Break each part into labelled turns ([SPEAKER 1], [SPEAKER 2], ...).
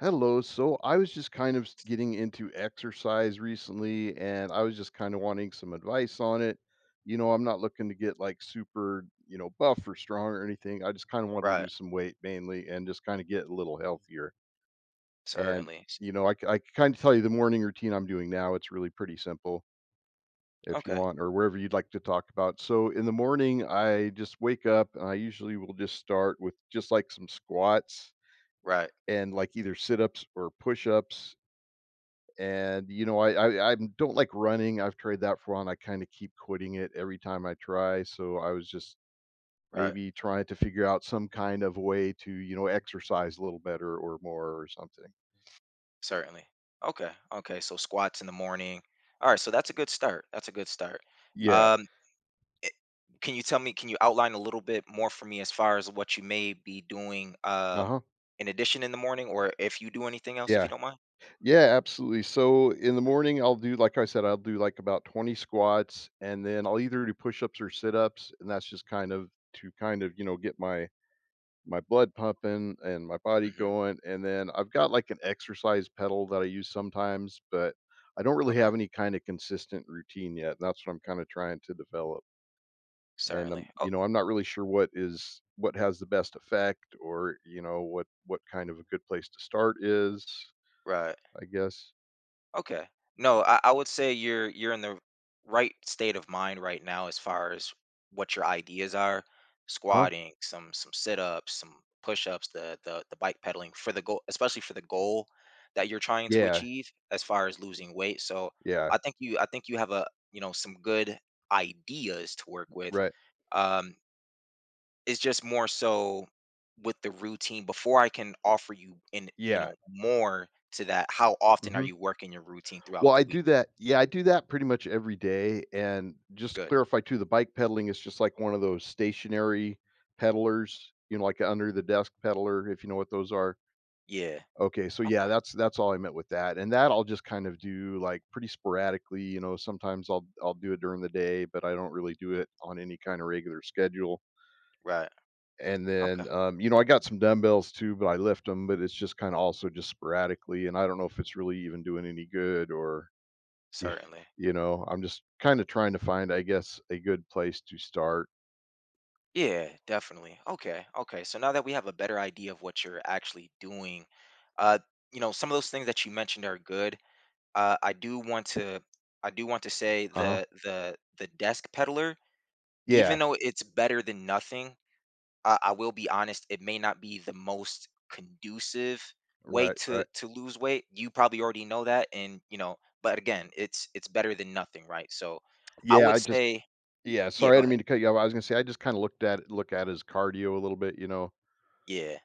[SPEAKER 1] Hello. So I was just kind of getting into exercise recently and I was just kind of wanting some advice on it. You know, I'm not looking to get like super, you know, buff or strong or anything. I just kind of want to
[SPEAKER 2] Right,
[SPEAKER 1] lose some weight mainly and just kind of get a little healthier. And,
[SPEAKER 2] certainly. S
[SPEAKER 1] you know, I can kind of tell you the morning routine I'm doing now. It's really pretty simple if you
[SPEAKER 2] Okay.
[SPEAKER 1] want or wherever you'd like to talk about. So in the morning, I just wake up and I usually will just start with just like some squats
[SPEAKER 2] Right,
[SPEAKER 1] and like either sit ups or push ups and you know, I don't like running. I've tried that for a I kind of keep quitting it every time I try. So I was just
[SPEAKER 2] right,
[SPEAKER 1] maybe trying to figure out some kind of way to you know exercise a little better or more or something.
[SPEAKER 2] certainly. Okay, okay, so squats in the morning. Alright, so that's a good start, that's a good start.
[SPEAKER 1] Yeah.
[SPEAKER 2] Um, eh can you tell me, can you outline a little bit more for me as far as what you may be doing,
[SPEAKER 1] Uh huh.
[SPEAKER 2] in addition in the morning or if you do anything else, if
[SPEAKER 1] Yeah.
[SPEAKER 2] you don't mind?
[SPEAKER 1] Yeah. Absolutely. So in the morning, I'll do like I said, I'll do like about 20 squats, and then I'll either do push ups or sit ups, and that's just kind of to kind of you know get my blood pumping and my body
[SPEAKER 2] Mhm,
[SPEAKER 1] going, and then I've got, like, an exercise pedal that I use sometimes, but I don't really
[SPEAKER 2] okay,
[SPEAKER 1] have any kinda consistent routine yet, and that's what I'm kinda trying to develop, and I'm
[SPEAKER 2] certainly. Oh,
[SPEAKER 1] you know, I'm not really sure what is what has the best effect or, you know, what kind of a good place to start is,
[SPEAKER 2] right.
[SPEAKER 1] I guess.
[SPEAKER 2] Okay. No, I would say you're in the right state of mind right now as far as what your ideas are.
[SPEAKER 1] Huh?
[SPEAKER 2] Squatting, some sit ups, some push ups, the bike pedaling for the goal, especially for the goal that you're trying to
[SPEAKER 1] Yeah,
[SPEAKER 2] achieve as far as losing weight. So
[SPEAKER 1] yeah,
[SPEAKER 2] I think you have a, you know, some good ideas to work with.
[SPEAKER 1] right.
[SPEAKER 2] Um, it's just more so with the routine before I can offer you in, you
[SPEAKER 1] Yeah,
[SPEAKER 2] know, more to that. How often are
[SPEAKER 1] mhm.
[SPEAKER 2] you working your routine throughout
[SPEAKER 1] Well,
[SPEAKER 2] the
[SPEAKER 1] I
[SPEAKER 2] week?
[SPEAKER 1] do that yeah, I do that pretty much every day, and just to
[SPEAKER 2] Good.
[SPEAKER 1] clarify too, the bike pedaling is just like one of those stationary pedalers, you know, like a under the desk pedaler, if you know what those are.
[SPEAKER 2] Yeah.
[SPEAKER 1] Okay, so yeah,
[SPEAKER 2] Okay.
[SPEAKER 1] that's all I meant with that, and that I'll just kind of do, like, pretty sporadically, you know, sometimes I'll do it during the day, but I don't really do it on any kinda regular schedule,
[SPEAKER 2] Right.
[SPEAKER 1] and
[SPEAKER 2] Okay.
[SPEAKER 1] then, you know, I got some dumbbells too, but I lift them. But it's just kinda also just sporadically, and I don't know if it's really even doing any good or yeah,
[SPEAKER 2] Certainly.
[SPEAKER 1] you know, I'm just kinda trying to find, I guess, a good place to start.
[SPEAKER 2] Yeah, definitely. Okay. Okay. So now that we have a better idea of what you're actually doing, uh, you know, some of those things that you mentioned are good. Uh, I do want to, I do want to say
[SPEAKER 1] Uh-huh.
[SPEAKER 2] the desk peddler,
[SPEAKER 1] Yeah,
[SPEAKER 2] even though it's better than nothing, I will be honest, it may not be the most conducive way
[SPEAKER 1] right, right.
[SPEAKER 2] to lose weight. You probably already know that, and you know, but again, it's better than nothing, right? So, I
[SPEAKER 1] Yeah,
[SPEAKER 2] would
[SPEAKER 1] I just
[SPEAKER 2] say,
[SPEAKER 1] yeah,
[SPEAKER 2] yeah,
[SPEAKER 1] sorry, I
[SPEAKER 2] go
[SPEAKER 1] didn't
[SPEAKER 2] ahead.
[SPEAKER 1] mean to cut you off. I was gonna say I just kinda looked at it, look at it as cardio a little bit, you know?
[SPEAKER 2] Yeah.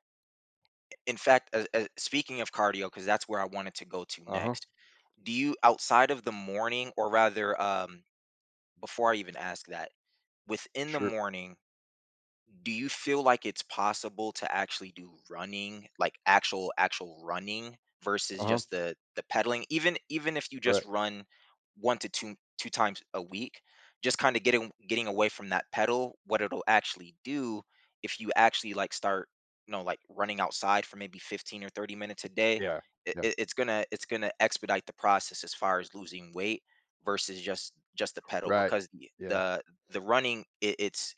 [SPEAKER 2] In fact, speaking of cardio, because that's where I wanted to go to
[SPEAKER 1] Uh-huh.
[SPEAKER 2] next. Do you outside of the morning, or rather, before I even ask that, within the
[SPEAKER 1] Sure.
[SPEAKER 2] morning, do you feel like it's possible to actually do running, like actual actual running versus
[SPEAKER 1] Uh-huh.
[SPEAKER 2] just the pedaling, even even if you just
[SPEAKER 1] Right.
[SPEAKER 2] run one to two times a week, just kind of getting getting away from that pedal? What it'll actually do if you actually like start, you know, like running outside for maybe 15 or 30 minutes a day,
[SPEAKER 1] Yeah, yeah.
[SPEAKER 2] it's gonna expedite the process as far as losing weight versus just the pedal.
[SPEAKER 1] Right.
[SPEAKER 2] Because the
[SPEAKER 1] Yeah.
[SPEAKER 2] the the running, it's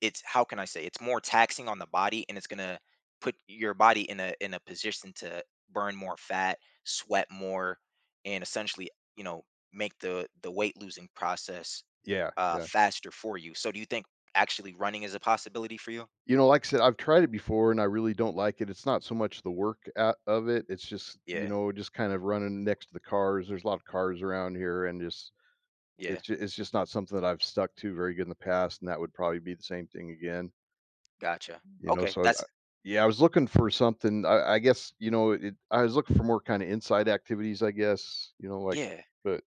[SPEAKER 2] it's how can I say? It's more taxing on the body, and it's gonna put your body in a position to burn more fat, sweat more, and essentially, you know, make the weight losing process
[SPEAKER 1] Yeah, yeah.
[SPEAKER 2] faster for you. So do you think actually running is a possibility for you?
[SPEAKER 1] You know, like I said, I've tried it before and I really don't like it. It's not so much the work out of it, it's just, you
[SPEAKER 2] Yeah,
[SPEAKER 1] know, just kind of running next to the cars. There's a lot of cars around here and just
[SPEAKER 2] yeah,
[SPEAKER 1] It's ju it's just not something that I've stuck to very good in the past, and that would probably be the same thing again,
[SPEAKER 2] gotcha.
[SPEAKER 1] you know,
[SPEAKER 2] Okay,
[SPEAKER 1] so
[SPEAKER 2] that's,
[SPEAKER 1] I yeah, I was looking for something I guess, you know, it I was looking for more kinda inside activities, I guess, you know, like
[SPEAKER 2] yeah,
[SPEAKER 1] but,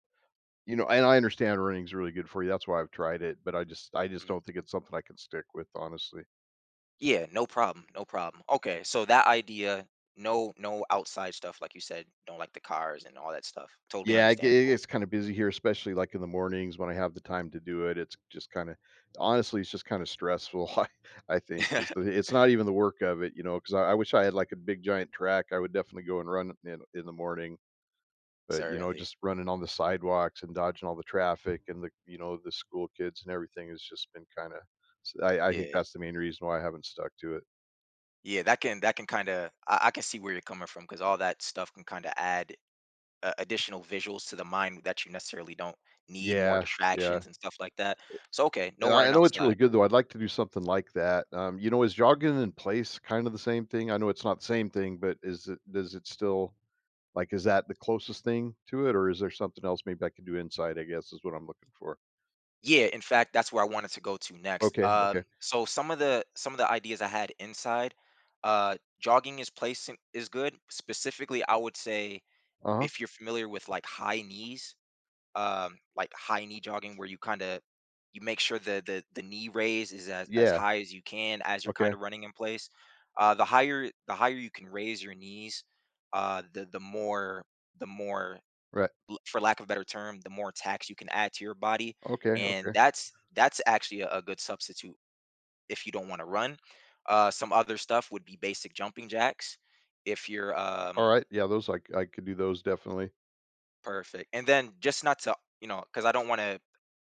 [SPEAKER 1] you know and I understand running's really good for you, that's why I've tried it, but I just
[SPEAKER 2] mm,
[SPEAKER 1] don't think it's something I can stick with, honestly.
[SPEAKER 2] yeah, no problem, no problem. Okay, so that idea, no, no outside stuff, like you said, don't like the cars and all that stuff. Totally
[SPEAKER 1] Yeah, it ge
[SPEAKER 2] understandable.
[SPEAKER 1] it kinda busy here, especially, like, in the mornings when I have the time to do it. It's just kinda honestly, it's just kinda stressful, I think. It's the it's not even the work of it, you know, 'cause I wish I had, like, a big giant track. I would definitely go and run in the morning, but, you know,
[SPEAKER 2] Certainly,
[SPEAKER 1] just running on the sidewalks and dodging all the traffic and the you know, the school kids and everything has just been kinda s I think
[SPEAKER 2] yeah.
[SPEAKER 1] that's the main reason why I haven't stuck to it.
[SPEAKER 2] Yeah, that can kind of, I can see where you're coming from, because all that stuff can kind of add additional visuals to the mind that you necessarily don't need, more
[SPEAKER 1] Yeah,
[SPEAKER 2] distractions
[SPEAKER 1] yeah.
[SPEAKER 2] and stuff like that. So okay, no
[SPEAKER 1] Yeah,
[SPEAKER 2] running
[SPEAKER 1] I know it's
[SPEAKER 2] outside.
[SPEAKER 1] really good though. I'd like to do something like that. You know, is jogging in place kind of the same thing? I know it's not the same thing, but is it does it still like is that the closest thing to it, or is there something else maybe I can do inside? I guess is what I'm looking for.
[SPEAKER 2] Yeah, in fact, that's where I wanted to go to next.
[SPEAKER 1] Okay, okay.
[SPEAKER 2] So some of the ideas I had inside, jogging is placing is good. Specifically, I would say
[SPEAKER 1] Uh-huh.
[SPEAKER 2] if you're familiar with like high knees, like high knee jogging where you kind of, you make sure the knee raise is as
[SPEAKER 1] Yeah.
[SPEAKER 2] high as you can as you're kind
[SPEAKER 1] Okay.
[SPEAKER 2] of running in place. The higher the higher you can raise your knees, uh, the the more the more
[SPEAKER 1] Right.
[SPEAKER 2] l- for lack of a better term, the more tax you can add to your body,
[SPEAKER 1] Okay.
[SPEAKER 2] and
[SPEAKER 1] Okay.
[SPEAKER 2] that's actually a good substitute if you don't want to run. Some other stuff would be basic jumping jacks if you're
[SPEAKER 1] All right. Yeah, those I could do those definitely.
[SPEAKER 2] perfect, and then just not to, you know, because I don't want to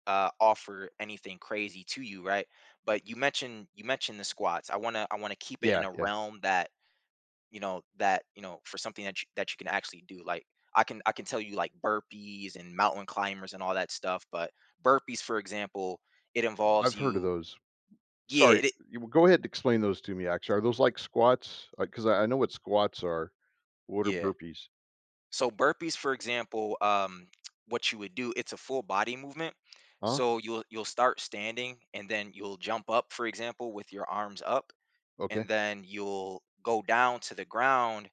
[SPEAKER 2] offer anything crazy to you, right? But you mentioned the squats. I wanna keep it in
[SPEAKER 1] Yeah,
[SPEAKER 2] a
[SPEAKER 1] yeah.
[SPEAKER 2] realm that, you know, that you know, for something that you can actually do. Like I can tell you like burpees and mountain climbers and all that stuff. But burpees, for example, it involves
[SPEAKER 1] I've heard of
[SPEAKER 2] you.
[SPEAKER 1] those.
[SPEAKER 2] Yeah,
[SPEAKER 1] Sorry,
[SPEAKER 2] it,
[SPEAKER 1] you well, go ahead and explain those to me actually. Are those like squats? Because I know what squats are. What are
[SPEAKER 2] yeah.
[SPEAKER 1] burpees?
[SPEAKER 2] So burpees, for example, what you would do, it's a full body movement.
[SPEAKER 1] Huh?
[SPEAKER 2] So you'll start standing and then you'll jump up, for example, with your arms up
[SPEAKER 1] Okay.
[SPEAKER 2] and then you'll go down to the ground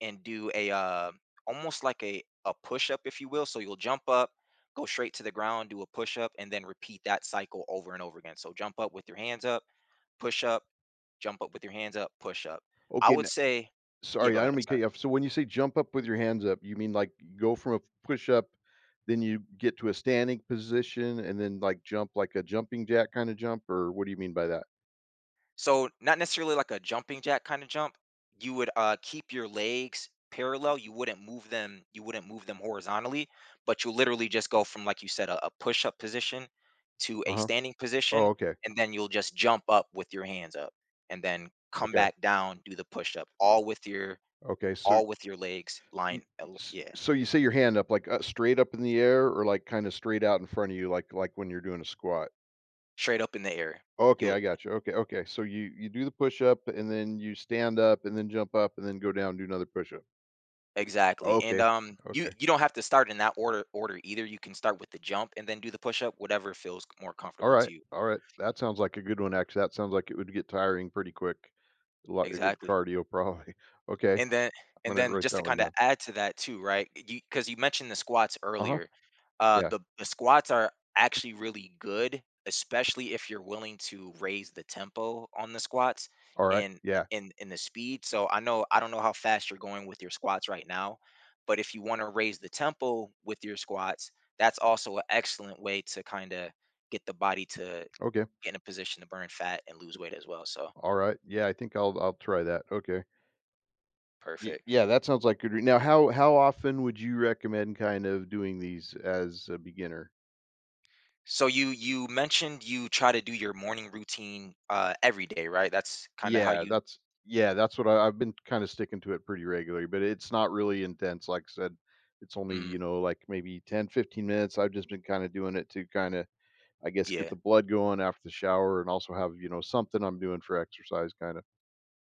[SPEAKER 2] and do a almost like a push up, if you will. So you'll jump up, go straight to the ground, do a push up, and then repeat that cycle over and over again. So jump up with your hands up, push up, jump up with your hands up, push up. I
[SPEAKER 1] Okay.
[SPEAKER 2] would say, yeah,
[SPEAKER 1] Sorry,
[SPEAKER 2] go
[SPEAKER 1] I
[SPEAKER 2] ahead.
[SPEAKER 1] don't
[SPEAKER 2] I'm
[SPEAKER 1] mean to cut
[SPEAKER 2] sorry.
[SPEAKER 1] you off. So when you say jump up with your hands up, you mean like you go from a push up, then you get to a standing position and then like jump like a jumping jack kind of jump, or what do you mean by that?
[SPEAKER 2] So not necessarily like a jumping jack kind of jump. You would keep your legs parallel. You wouldn't move them. You wouldn't move them horizontally, but you literally just go from, like you said, a push up position to
[SPEAKER 1] Uh
[SPEAKER 2] a
[SPEAKER 1] huh.
[SPEAKER 2] standing position,
[SPEAKER 1] Oh, okay,
[SPEAKER 2] and then you'll just jump up with your hands up, and then come
[SPEAKER 1] okay,
[SPEAKER 2] back down, do the push up,
[SPEAKER 1] okay. So,
[SPEAKER 2] all with your legs
[SPEAKER 1] y-
[SPEAKER 2] lined, yeah,
[SPEAKER 1] so you say your hand up like straight up in the air, or like kind of straight out in front of you, like when you're doing a squat.
[SPEAKER 2] straight up in the air.
[SPEAKER 1] Okay,
[SPEAKER 2] You'll
[SPEAKER 1] I got you. Okay, okay. So you do the push up and then you stand up and then jump up and then go down do another push up.
[SPEAKER 2] Exactly. And
[SPEAKER 1] Okay,
[SPEAKER 2] you,
[SPEAKER 1] okay.
[SPEAKER 2] you don't have to start in that order order either. You can start with the jump and then do the push up, whatever feels more comfortable to
[SPEAKER 1] Alright,
[SPEAKER 2] you.
[SPEAKER 1] alright. That sounds like a good one, actually. That sounds like it would get tiring pretty quick. A good
[SPEAKER 2] Exactly.
[SPEAKER 1] cardio probably. Okay, I'm
[SPEAKER 2] And then and
[SPEAKER 1] gonna
[SPEAKER 2] then
[SPEAKER 1] write
[SPEAKER 2] just to
[SPEAKER 1] that one
[SPEAKER 2] kinda
[SPEAKER 1] down.
[SPEAKER 2] add to that too, right? You Because you mentioned the squats
[SPEAKER 1] Uh-huh,
[SPEAKER 2] earlier. Uh,
[SPEAKER 1] yeah.
[SPEAKER 2] the the squats are actually really good, especially if you're willing to raise the tempo on the squats
[SPEAKER 1] Alright,
[SPEAKER 2] and
[SPEAKER 1] yeah.
[SPEAKER 2] and the speed. So I know, I don't know how fast you're going with your squats right now, but if you wanna raise the tempo with your squats, that's also an excellent way to kinda get the body to
[SPEAKER 1] Okay.
[SPEAKER 2] get in a position to burn fat and lose weight as well. So,
[SPEAKER 1] Alright, yeah, I think I'll try that. Okay. Y
[SPEAKER 2] perfect.
[SPEAKER 1] Yeah, that sounds like good re now how often would you recommend kind of doing these as a beginner?
[SPEAKER 2] So you mentioned you try to do your morning routine every day, right? That's kind of how
[SPEAKER 1] Yeah,
[SPEAKER 2] you,
[SPEAKER 1] that's what I've been kinda sticking to it pretty regularly, but it's not really intense, like I said, it's only,
[SPEAKER 2] mm,
[SPEAKER 1] you know, like, maybe 10 to 15 minutes. I've just been kinda doing it to kinda I guess get
[SPEAKER 2] yeah,
[SPEAKER 1] the blood going after the shower and also have, you know, something I'm doing for exercise kinda.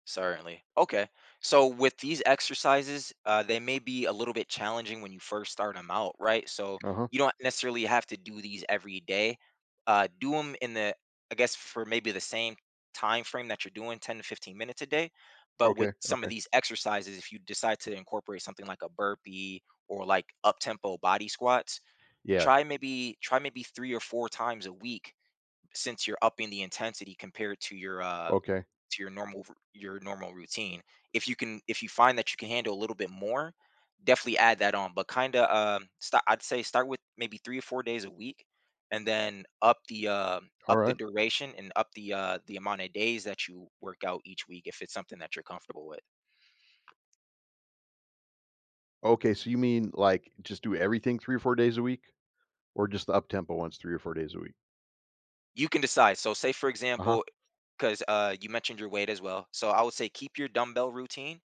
[SPEAKER 2] certainly. Okay. So with these exercises, they may be a little bit challenging when you first start them out, right? So
[SPEAKER 1] Uh-huh.
[SPEAKER 2] you don't necessarily have to do these every day. Do them in the, I guess for maybe the same time frame that you're doing, 10 to 15 minutes a day. But with
[SPEAKER 1] Okay,
[SPEAKER 2] some of
[SPEAKER 1] okay.
[SPEAKER 2] these exercises, if you decide to incorporate something like a burpee or like up tempo body squats,
[SPEAKER 1] Yeah,
[SPEAKER 2] Try maybe 3 or 4 times a week, since you're upping the intensity compared
[SPEAKER 1] okay.
[SPEAKER 2] to your normal r your normal routine. If you find that you can handle a little bit more, definitely add that on, but kinda, start, I'd say start with maybe 3 or 4 days a week, and then up the
[SPEAKER 1] Alright.
[SPEAKER 2] duration and up the amount of days that you work out each week if it's something that you're comfortable with.
[SPEAKER 1] Okay, so you mean, like, just do everything 3 or 4 days a week? Or just the up-tempo ones 3 or 4 days a week?
[SPEAKER 2] You can decide. So say, for
[SPEAKER 1] Uh-huh.
[SPEAKER 2] example, because, you mentioned your weight as well. So I would say keep your dumbbell routine.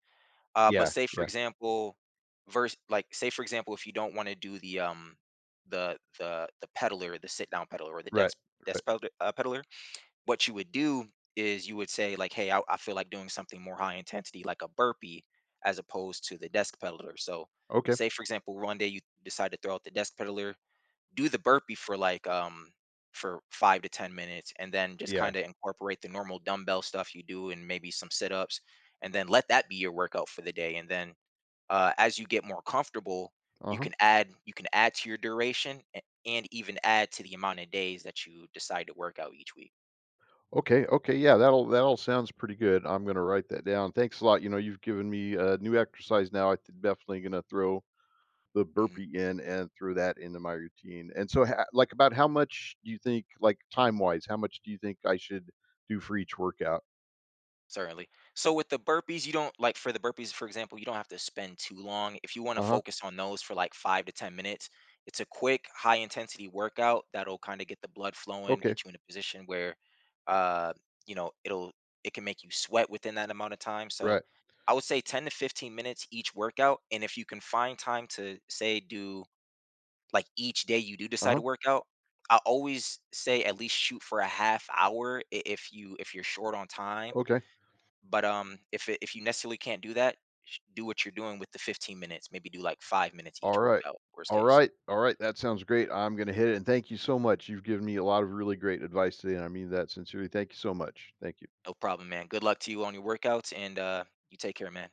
[SPEAKER 2] But
[SPEAKER 1] Yeah,
[SPEAKER 2] say for
[SPEAKER 1] yeah.
[SPEAKER 2] example, verse like say for example, if you don't want to do the peddler, the sit down peddler, or the desk
[SPEAKER 1] Right,
[SPEAKER 2] desk
[SPEAKER 1] right.
[SPEAKER 2] peddler, what you would do is you would say like, hey, I feel like doing something more high intensity, like a burpee, as opposed to the desk peddler. So
[SPEAKER 1] Okay.
[SPEAKER 2] say for example, one day you decide to throw out the desk peddler, do the burpee for like for 5 to 10 minutes, and then just
[SPEAKER 1] Yeah.
[SPEAKER 2] kind of incorporate the normal dumbbell stuff you do and maybe some sit-ups, and then let that be your workout for the day, and then as you get more comfortable,
[SPEAKER 1] Uh-huh.
[SPEAKER 2] you can add to your duration and even add to the amount of days that you decide to work out each week.
[SPEAKER 1] Okay, okay, yeah, that'll that all sounds pretty good. I'm gonna write that down. Thanks a lot, you know, you've given me a new exercise now, I th definitely gonna throw the
[SPEAKER 2] Mhm.
[SPEAKER 1] burpee in and threw that into my routine. And so, ha like, about how much do you think, like, time-wise, how much do you think I should do for each workout?
[SPEAKER 2] Certainly. So with the burpees, you don't like for the burpees, for example, you don't have to spend too long. If you want to
[SPEAKER 1] Uh-huh.
[SPEAKER 2] focus on those for like five to 10 minutes, it's a quick, high intensity workout that'll kind of get the blood flowing,
[SPEAKER 1] Okay.
[SPEAKER 2] get you in a position where, uh, you know, it can make you sweat within that amount of time. So
[SPEAKER 1] Right.
[SPEAKER 2] I would say 10 to 15 minutes each workout. And if you can find time to say, do, like each day you do decide to
[SPEAKER 1] Uh-huh.
[SPEAKER 2] work out, I always say at least shoot for a half hour. If you, if you're short on time,
[SPEAKER 1] Okay.
[SPEAKER 2] but if it, if you necessarily can't do that, do what you're doing with the 15 minutes. Maybe do like 5 minutes each
[SPEAKER 1] Alright.
[SPEAKER 2] workout. Worst case,
[SPEAKER 1] Alright. Alright. That sounds great. I'm gonna hit it, and thank you so much. You've given me a lot of really great advice today, and I mean that sincerely. Thank you so much. Thank you.
[SPEAKER 2] no problem, man. Good luck to you on your workouts, and you take care, man.